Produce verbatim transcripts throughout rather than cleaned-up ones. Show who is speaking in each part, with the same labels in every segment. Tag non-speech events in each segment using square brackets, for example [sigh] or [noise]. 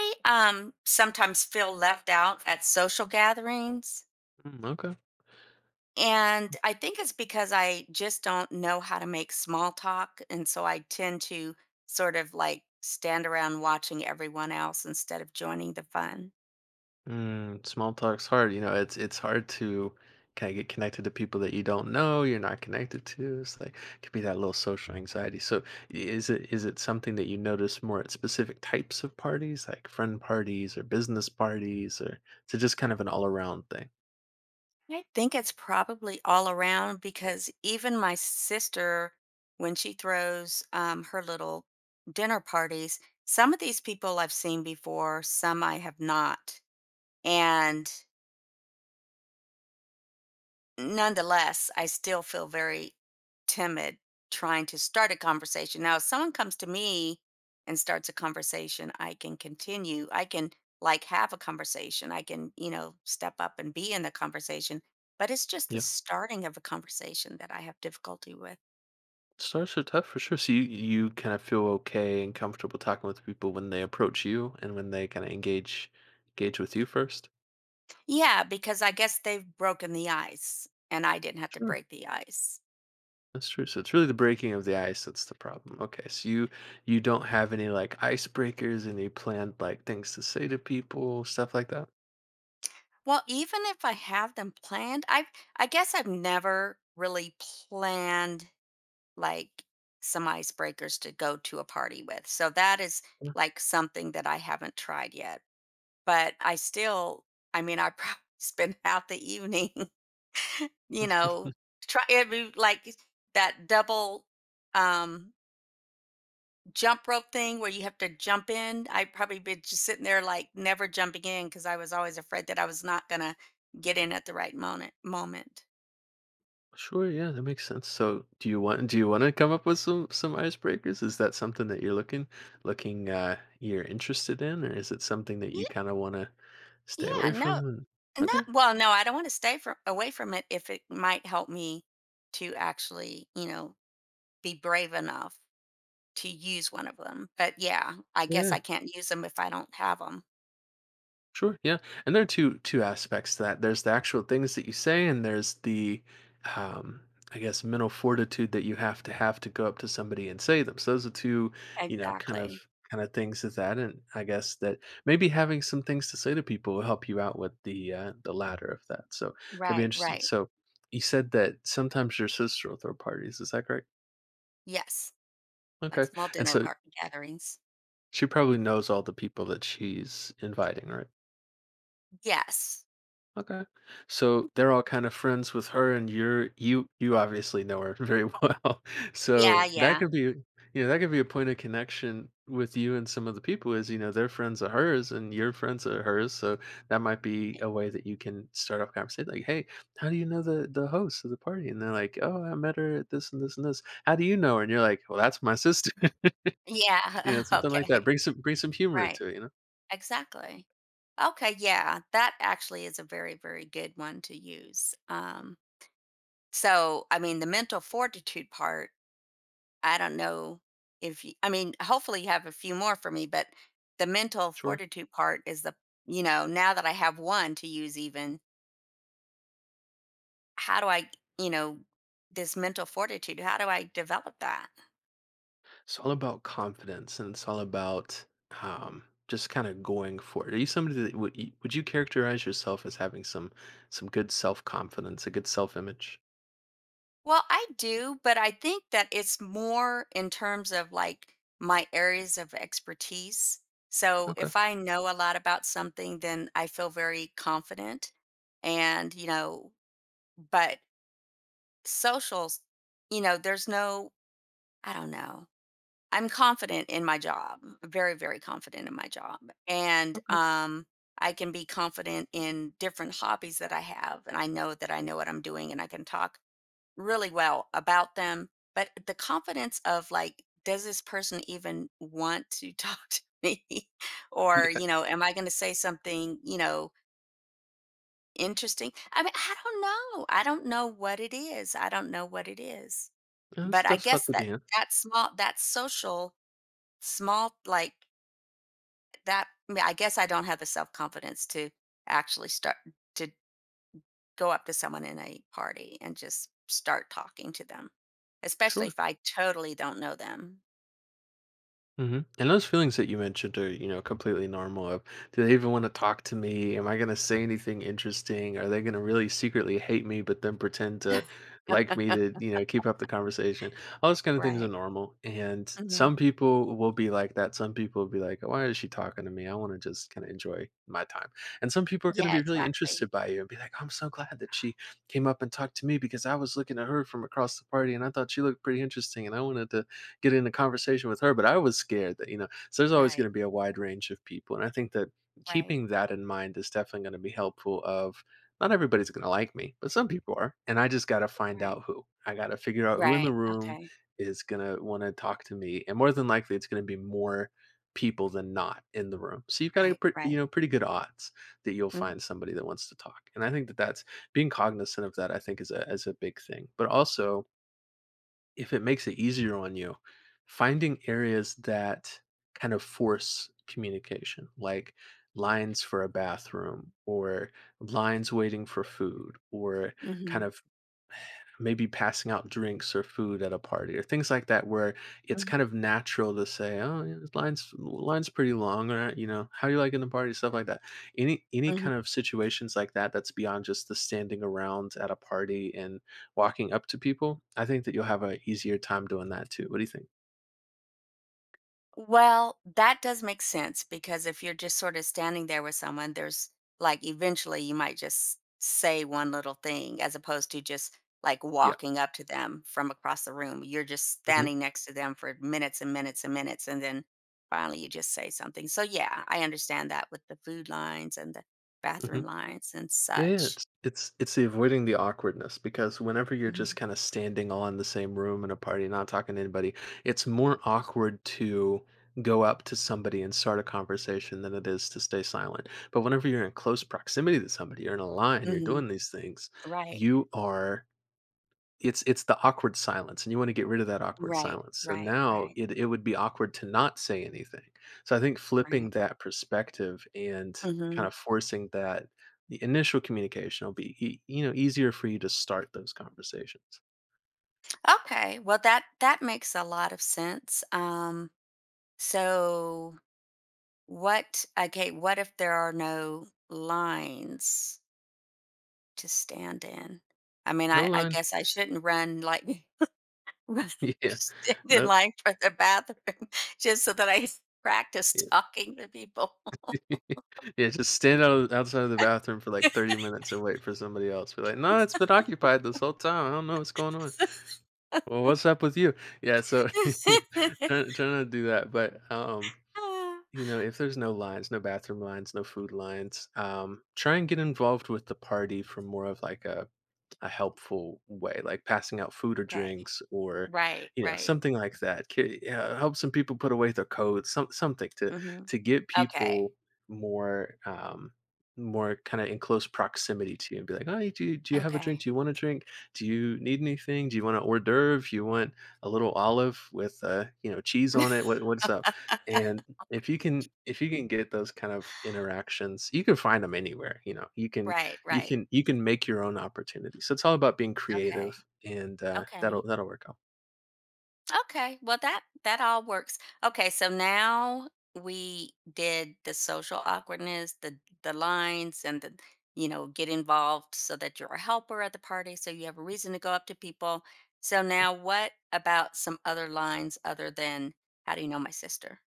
Speaker 1: I um, sometimes feel left out at social gatherings.
Speaker 2: Mm, okay.
Speaker 1: And I think it's because I just don't know how to make small talk. And so I tend to sort of like stand around watching everyone else instead of joining the fun.
Speaker 2: Mm, small talk's hard. You know, it's it's hard to kind of get connected to people that you don't know, you're not connected to. It's like could be that little social anxiety. So i- is it is it something that you notice more at specific types of parties, like friend parties or business parties, or is it just kind of an all around thing?
Speaker 1: I think it's probably all around because even my sister, when she throws um, her little dinner parties, some of these people I've seen before, some I have not. And nonetheless, I still feel very timid trying to start a conversation. Now, if someone comes to me and starts a conversation, I can continue. I can like have a conversation. I can, you know, step up and be in the conversation. But it's just the
Speaker 2: Yeah,
Speaker 1: starting of a conversation that I have difficulty with.
Speaker 2: starts are tough for sure. So you you kind of feel okay and comfortable talking with people when they approach you and when they kind of engage engage with you first.
Speaker 1: Yeah, because I guess they've broken the ice and I didn't have to
Speaker 2: Sure.
Speaker 1: break the ice.
Speaker 2: That's true. So it's really the breaking of the ice that's the problem. Okay, so you you don't have any like icebreakers, any planned like things to say to people, stuff like that.
Speaker 1: Well, even if I have them planned, I I guess I've never really planned like some icebreakers to go to a party with. So that is
Speaker 2: Yeah.
Speaker 1: like something that I haven't tried yet. But I still, I mean, I probably [laughs] spend half the evening, [laughs] you know, try it'd be like that double um jump rope thing where you have to jump in. I probably been just sitting there like never jumping in because I was always afraid that I was not gonna get in at the right moment moment.
Speaker 2: Sure, yeah, that makes sense. So do you want do you want to come up with some some icebreakers? Is that something that you're looking looking uh you're interested in, or is it something that you
Speaker 1: Ye-
Speaker 2: kind of want to stay
Speaker 1: Yeah,
Speaker 2: away
Speaker 1: no.
Speaker 2: from? And,
Speaker 1: Not
Speaker 2: okay,
Speaker 1: Well, no, I don't want to stay from away from it if it might help me to actually, you know, be brave enough to use one of them. But yeah, I guess
Speaker 2: yeah.
Speaker 1: I can't use them if I don't have them.
Speaker 2: Sure. Yeah. And there are two two aspects to that. There's the actual things that you say, and there's the, um, I guess, mental fortitude that you have to have to go up to somebody and say them. So those are two, you know, kind of
Speaker 1: Exactly.
Speaker 2: kind of things of that. And I guess that maybe having some things to say to people will help you out with the uh, the latter of that. So that'd be
Speaker 1: Right,
Speaker 2: interesting.
Speaker 1: right.
Speaker 2: So you said that sometimes your sister will throw parties. Is that correct?
Speaker 1: Yes. Like
Speaker 2: Okay.
Speaker 1: small
Speaker 2: And
Speaker 1: dinner
Speaker 2: so
Speaker 1: party gatherings.
Speaker 2: she probably knows all the people that she's inviting, right?
Speaker 1: Yes.
Speaker 2: Okay. So they're all kind of friends with her and you're you you obviously know her very [laughs] well.
Speaker 1: Yeah,
Speaker 2: So that
Speaker 1: yeah.
Speaker 2: could be you know, that could be a point of connection with you and some of the people is, you know, they're friends of hers and you're friends of hers. So that might be
Speaker 1: Eh,
Speaker 2: a way that you can start off conversation like, hey, how do you know the the host of the party? And they're like, oh, I met her at this and this and this. How do you know her? And you're like, well, that's my sister. [laughs] You know,
Speaker 1: Yeah. [laughs]
Speaker 2: something like that.
Speaker 1: Okay.
Speaker 2: Bring some bring some humor
Speaker 1: Right.
Speaker 2: into it, you know?
Speaker 1: Exactly. Okay, yeah. That actually is a very, very good one to use. Um so, I mean, the mental fortitude part I don't know if you, I mean, hopefully you have a few more for me, but the mental
Speaker 2: Sure.
Speaker 1: fortitude part is the, you know, now that I have one to use even, how do I, you know, this mental fortitude, how do I develop that?
Speaker 2: It's all about confidence and it's all about um, just kind of going for it. Are you somebody that would you, would you characterize yourself as having some some good self confidence, a good self image?
Speaker 1: Well, I do, but I think that it's more in terms of like my areas of expertise. So
Speaker 2: Okay,
Speaker 1: if I know a lot about something, then I feel very confident and, you know, but social you know, there's no I don't know. I'm confident in my job, very, very confident in my job. And
Speaker 2: okay,
Speaker 1: um, I can be confident in different hobbies that I have. And I know that I know what I'm doing and I can talk really well about them. But the confidence of like, does this person even want to [laughs] talk to me? [laughs]
Speaker 2: [laughs]
Speaker 1: or,
Speaker 2: yeah.
Speaker 1: you know, am I going to say something, you know, interesting? I mean, I don't know. I don't know what it is. I don't know what it is.
Speaker 2: Yeah, that's a
Speaker 1: But I
Speaker 2: tough spot
Speaker 1: guess
Speaker 2: to be
Speaker 1: that
Speaker 2: in.
Speaker 1: that small, that social small like that I mean, I guess I don't have the self-confidence to actually start to go up to someone in a party and just start talking to them, especially
Speaker 2: Sure.
Speaker 1: if I totally don't know them.
Speaker 2: Hmm. And those feelings that you mentioned are, you know, completely normal. Of, do they even want to talk to me? Am I going to say anything interesting? Are they going to really secretly hate me, but then pretend to like me to, you know, keep up the conversation? All those kind of things are
Speaker 1: Right.
Speaker 2: normal. And
Speaker 1: Hmm.
Speaker 2: some people will be like that. Some people will be like, why is she talking to me? I want to just kind of enjoy my time. And some people are going to
Speaker 1: Yeah,
Speaker 2: be really
Speaker 1: exactly.
Speaker 2: interested by you and be like, I'm so glad that she came up and talked to me because I was looking at her from across the party and I thought she looked pretty interesting and I wanted to get in a conversation with her, but I was scared that, you know, so there's always going
Speaker 1: Right.
Speaker 2: to be a wide range of people. And I think that
Speaker 1: Right.
Speaker 2: keeping that in mind is definitely going to be helpful of not everybody's going to like me, but some people are. And I just got to find
Speaker 1: Right.
Speaker 2: out who. I got to figure out who in the
Speaker 1: Right.
Speaker 2: room
Speaker 1: Okay.
Speaker 2: is going to want to talk to me. And more than likely, it's going to be more people than not in the room. So you've got a
Speaker 1: Right.
Speaker 2: pre- you
Speaker 1: Right.
Speaker 2: know pretty good odds that you'll find somebody that wants to talk. And I think that that's being cognizant of that I think is a is a big thing. But also if it makes it easier on you, finding areas that kind of force communication, like lines for a bathroom or lines waiting for food or kind
Speaker 1: Mm-hmm.
Speaker 2: of maybe passing out drinks or food at a party or things like that where it's
Speaker 1: Hmm.
Speaker 2: kind of natural to say oh yeah, this line's line's pretty long or you know how you liking the party stuff like that any any kind of situations like that that's beyond just the standing around at a party and walking up to people I think that you'll have a easier time doing that too. What do you think?
Speaker 1: Well, that does make sense because if you're just sort of standing there with someone, there's like eventually you might just say one little thing as opposed to just like
Speaker 2: Yeah.
Speaker 1: walking up to them from across the room. You're just
Speaker 2: Hmm.
Speaker 1: standing next to them for minutes and minutes and minutes. And then finally you just say something. So, yeah, I understand that with the food lines and the
Speaker 2: Hmm.
Speaker 1: bathroom lines and
Speaker 2: Yeah, yeah,
Speaker 1: such.
Speaker 2: it's it's it's the avoiding the awkwardness because whenever you're just
Speaker 1: Mhm.
Speaker 2: kind of standing all in the same room in a party, not talking to anybody, it's more awkward to go up to somebody and start a conversation than it is to stay silent. But whenever you're in close proximity to somebody, you're in a line, you're
Speaker 1: Hmm.
Speaker 2: doing these things,
Speaker 1: Right,
Speaker 2: you are it's it's the awkward silence, and you wanna get rid of that awkward
Speaker 1: right,
Speaker 2: silence. So
Speaker 1: right,
Speaker 2: now
Speaker 1: right,
Speaker 2: it it would be awkward to not say anything. So I think flipping
Speaker 1: right.
Speaker 2: that perspective and kind
Speaker 1: Hmm.
Speaker 2: of forcing that the initial communication will be e you know, easier for you to start those conversations.
Speaker 1: Okay, well, that that makes a lot of sense. Um, so what? Okay, what if there are no lines to stand in? I mean,
Speaker 2: "No
Speaker 1: I, I
Speaker 2: line."
Speaker 1: guess I shouldn't run like [laughs] run-
Speaker 2: [laughs] Yeah.
Speaker 1: stand in
Speaker 2: No.
Speaker 1: line for the bathroom [laughs] just so that I practice
Speaker 2: Yeah.
Speaker 1: talking to people.
Speaker 2: [laughs] Yeah, just stand out outside of the bathroom for, like, thirty minutes and wait for somebody else. Be like, "No, it's been occupied this whole time. I don't know what's going on. Well, what's up with you?" Yeah, so [laughs] trying trying
Speaker 1: [laughs]
Speaker 2: to do that, but, um you know, if there's no lines, no bathroom lines, no food lines, um, try and get involved with the party from more of like a a helpful way, like passing out food or
Speaker 1: Okay,
Speaker 2: drinks or,
Speaker 1: right,
Speaker 2: you know,
Speaker 1: right.
Speaker 2: something like that. Ki- uh, Help some people put away their coats, some, something to
Speaker 1: Hmm.
Speaker 2: to get people
Speaker 1: Okay,
Speaker 2: more um, more kind of in close proximity to you and be like, oh, do you, do you have a drink?
Speaker 1: okay.
Speaker 2: Do you want a drink? Do you need anything? Do you want an hors d'oeuvre? You want a little olive with uh, you know cheese on it? What, what's up?
Speaker 1: [laughs]
Speaker 2: And if you can if you can get those kind of interactions, you can find them anywhere. You know, you can
Speaker 1: Right,
Speaker 2: you
Speaker 1: right.
Speaker 2: can you can make your own opportunities. So it's all about being
Speaker 1: Okay,
Speaker 2: creative, and uh, that'll
Speaker 1: okay.
Speaker 2: that'll work out.
Speaker 1: Okay. Well, that that all works. Okay, so now we did the social awkwardness, the the lines, and the you know get involved so that you're a helper at the party, so you have a reason to go up to people. So now, what about some other lines other than "How do you know my sister?"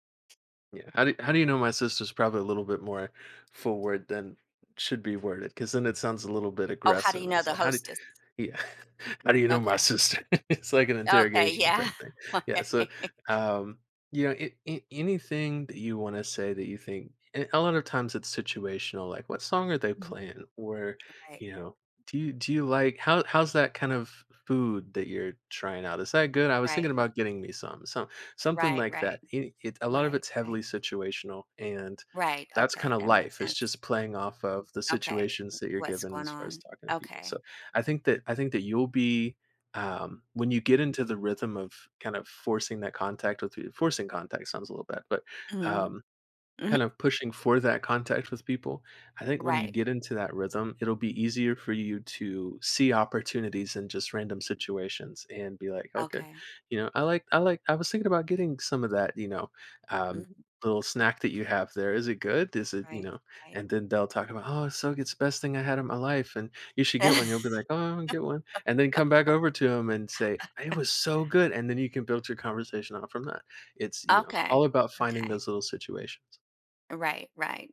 Speaker 2: Yeah. How do how do you know my sister's probably a little bit more forward than should be worded? Because then it sounds a little bit
Speaker 1: Oh, how do you
Speaker 2: aggressive. And
Speaker 1: know
Speaker 2: it's
Speaker 1: the
Speaker 2: like, how do
Speaker 1: hostess?
Speaker 2: Yeah. [laughs] How do you know my
Speaker 1: Okay.
Speaker 2: sister? [laughs] It's like an
Speaker 1: Okay.
Speaker 2: interrogation type
Speaker 1: Yeah.
Speaker 2: thing.
Speaker 1: [laughs]
Speaker 2: Yeah, so,
Speaker 1: Okay.
Speaker 2: um, you know, a a anything that you wanna say that you think and a lot of times it's situational, like, "What song are they
Speaker 1: [laughs]
Speaker 2: playing?" Or, you know, "Do you do you like how how's that kind of food that you're trying out? Is that good? I was thinking
Speaker 1: Right.
Speaker 2: about getting me some." Some something
Speaker 1: Right.
Speaker 2: like
Speaker 1: Right.
Speaker 2: that. It it
Speaker 1: Right.
Speaker 2: a lot of
Speaker 1: Right.
Speaker 2: it's heavily
Speaker 1: Right.
Speaker 2: situational, and
Speaker 1: Right.
Speaker 2: that's
Speaker 1: Okay.
Speaker 2: kinda
Speaker 1: That makes
Speaker 2: life. It's
Speaker 1: sense.
Speaker 2: just playing off of the
Speaker 1: Okay,
Speaker 2: situations
Speaker 1: w
Speaker 2: that you're
Speaker 1: what's
Speaker 2: given
Speaker 1: going
Speaker 2: as far as
Speaker 1: on?
Speaker 2: talking to people, so
Speaker 1: Okay.
Speaker 2: I think that I think that you'll be um, when you get into the rhythm of kind of forcing that contact with forcing contact sounds a little bad, but
Speaker 1: Mhm,
Speaker 2: um,
Speaker 1: mhm,
Speaker 2: kind of pushing for that contact with people. I think when you
Speaker 1: right,
Speaker 2: get into that rhythm, it'll be easier for you to see opportunities in just random situations and be like, okay,
Speaker 1: okay,
Speaker 2: you know, I like, I like, I was thinking about getting some of that, you know, um,
Speaker 1: mhm,
Speaker 2: little snack that you have there. Is it good? Is it, you
Speaker 1: right,
Speaker 2: know,
Speaker 1: right.
Speaker 2: and then they'll talk about, oh, it's so it's the best thing I had in my life. And you should get one. You'll be like,
Speaker 1: [laughs]
Speaker 2: oh, I'll get one. And then come back over to them and say, it was so good. And then you can build your conversation out from that. It's, you know,
Speaker 1: Okay,
Speaker 2: all about finding
Speaker 1: okay,
Speaker 2: those little situations.
Speaker 1: right, right.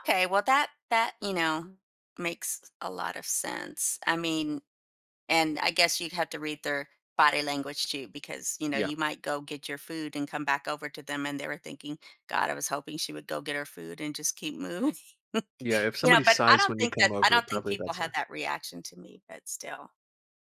Speaker 1: Okay, well, that that, you know, makes a lot of sense. I mean and I guess you'd have to read their body language too because, you know,
Speaker 2: Yeah.
Speaker 1: you might go get your food and come back over to them, and they were thinking, "God, I was hoping she would go get her food and just keep moving." [laughs]
Speaker 2: Yeah, if
Speaker 1: You know,
Speaker 2: somebody
Speaker 1: but I
Speaker 2: sighs
Speaker 1: don't
Speaker 2: when you
Speaker 1: think
Speaker 2: come
Speaker 1: that I
Speaker 2: over,
Speaker 1: don't think
Speaker 2: probably a bad
Speaker 1: people had
Speaker 2: sign.
Speaker 1: that reaction to me, but still.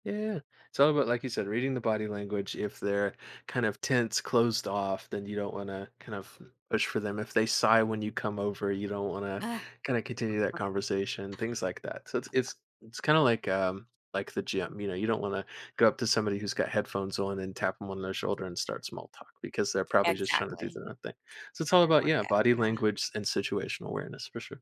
Speaker 2: Yeah, yeah. It's all about, like you said, reading the body language. If they're kind of tense, closed off, then you don't wanna kind of push for them. If they sigh when you come over, you don't wanna
Speaker 1: Ugh,
Speaker 2: kinda continue that
Speaker 1: uh,
Speaker 2: conversation, things like that. So it's it's it's kinda like, um, like the gym, you know, you don't wanna go up to somebody who's got headphones on and tap them on their shoulder and start small talk because they're probably just trying to do
Speaker 1: exactly.
Speaker 2: their own thing. So it's all
Speaker 1: Their
Speaker 2: about, yeah,
Speaker 1: workout,
Speaker 2: body
Speaker 1: yeah.
Speaker 2: language and situational awareness for sure.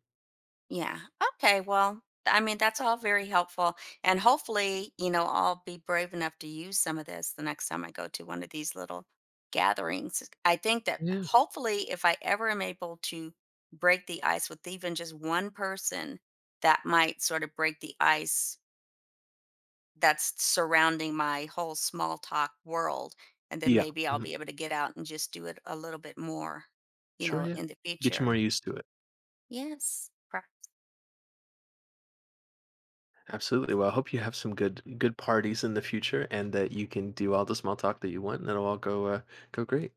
Speaker 1: Yeah, okay, well, I mean, that's all very helpful, and hopefully, you know, I'll be brave enough to use some of this the next time I go to one of these little gatherings. I think that
Speaker 2: Yeah.
Speaker 1: hopefully, if I ever am able to break the ice with even just one person, that might sort of break the ice that's surrounding my whole small talk world, and then
Speaker 2: Yeah.
Speaker 1: maybe I'll
Speaker 2: Mhm.
Speaker 1: be able to get out and just do it a little bit more, you
Speaker 2: Sure,
Speaker 1: know,
Speaker 2: yeah.
Speaker 1: in the
Speaker 2: Get you more
Speaker 1: future.
Speaker 2: used to it.
Speaker 1: Yes. Perhaps.
Speaker 2: Absolutely. Well, I hope you have some good good parties in the future and that you can do all the small talk that you want and it'll all go uh, go great.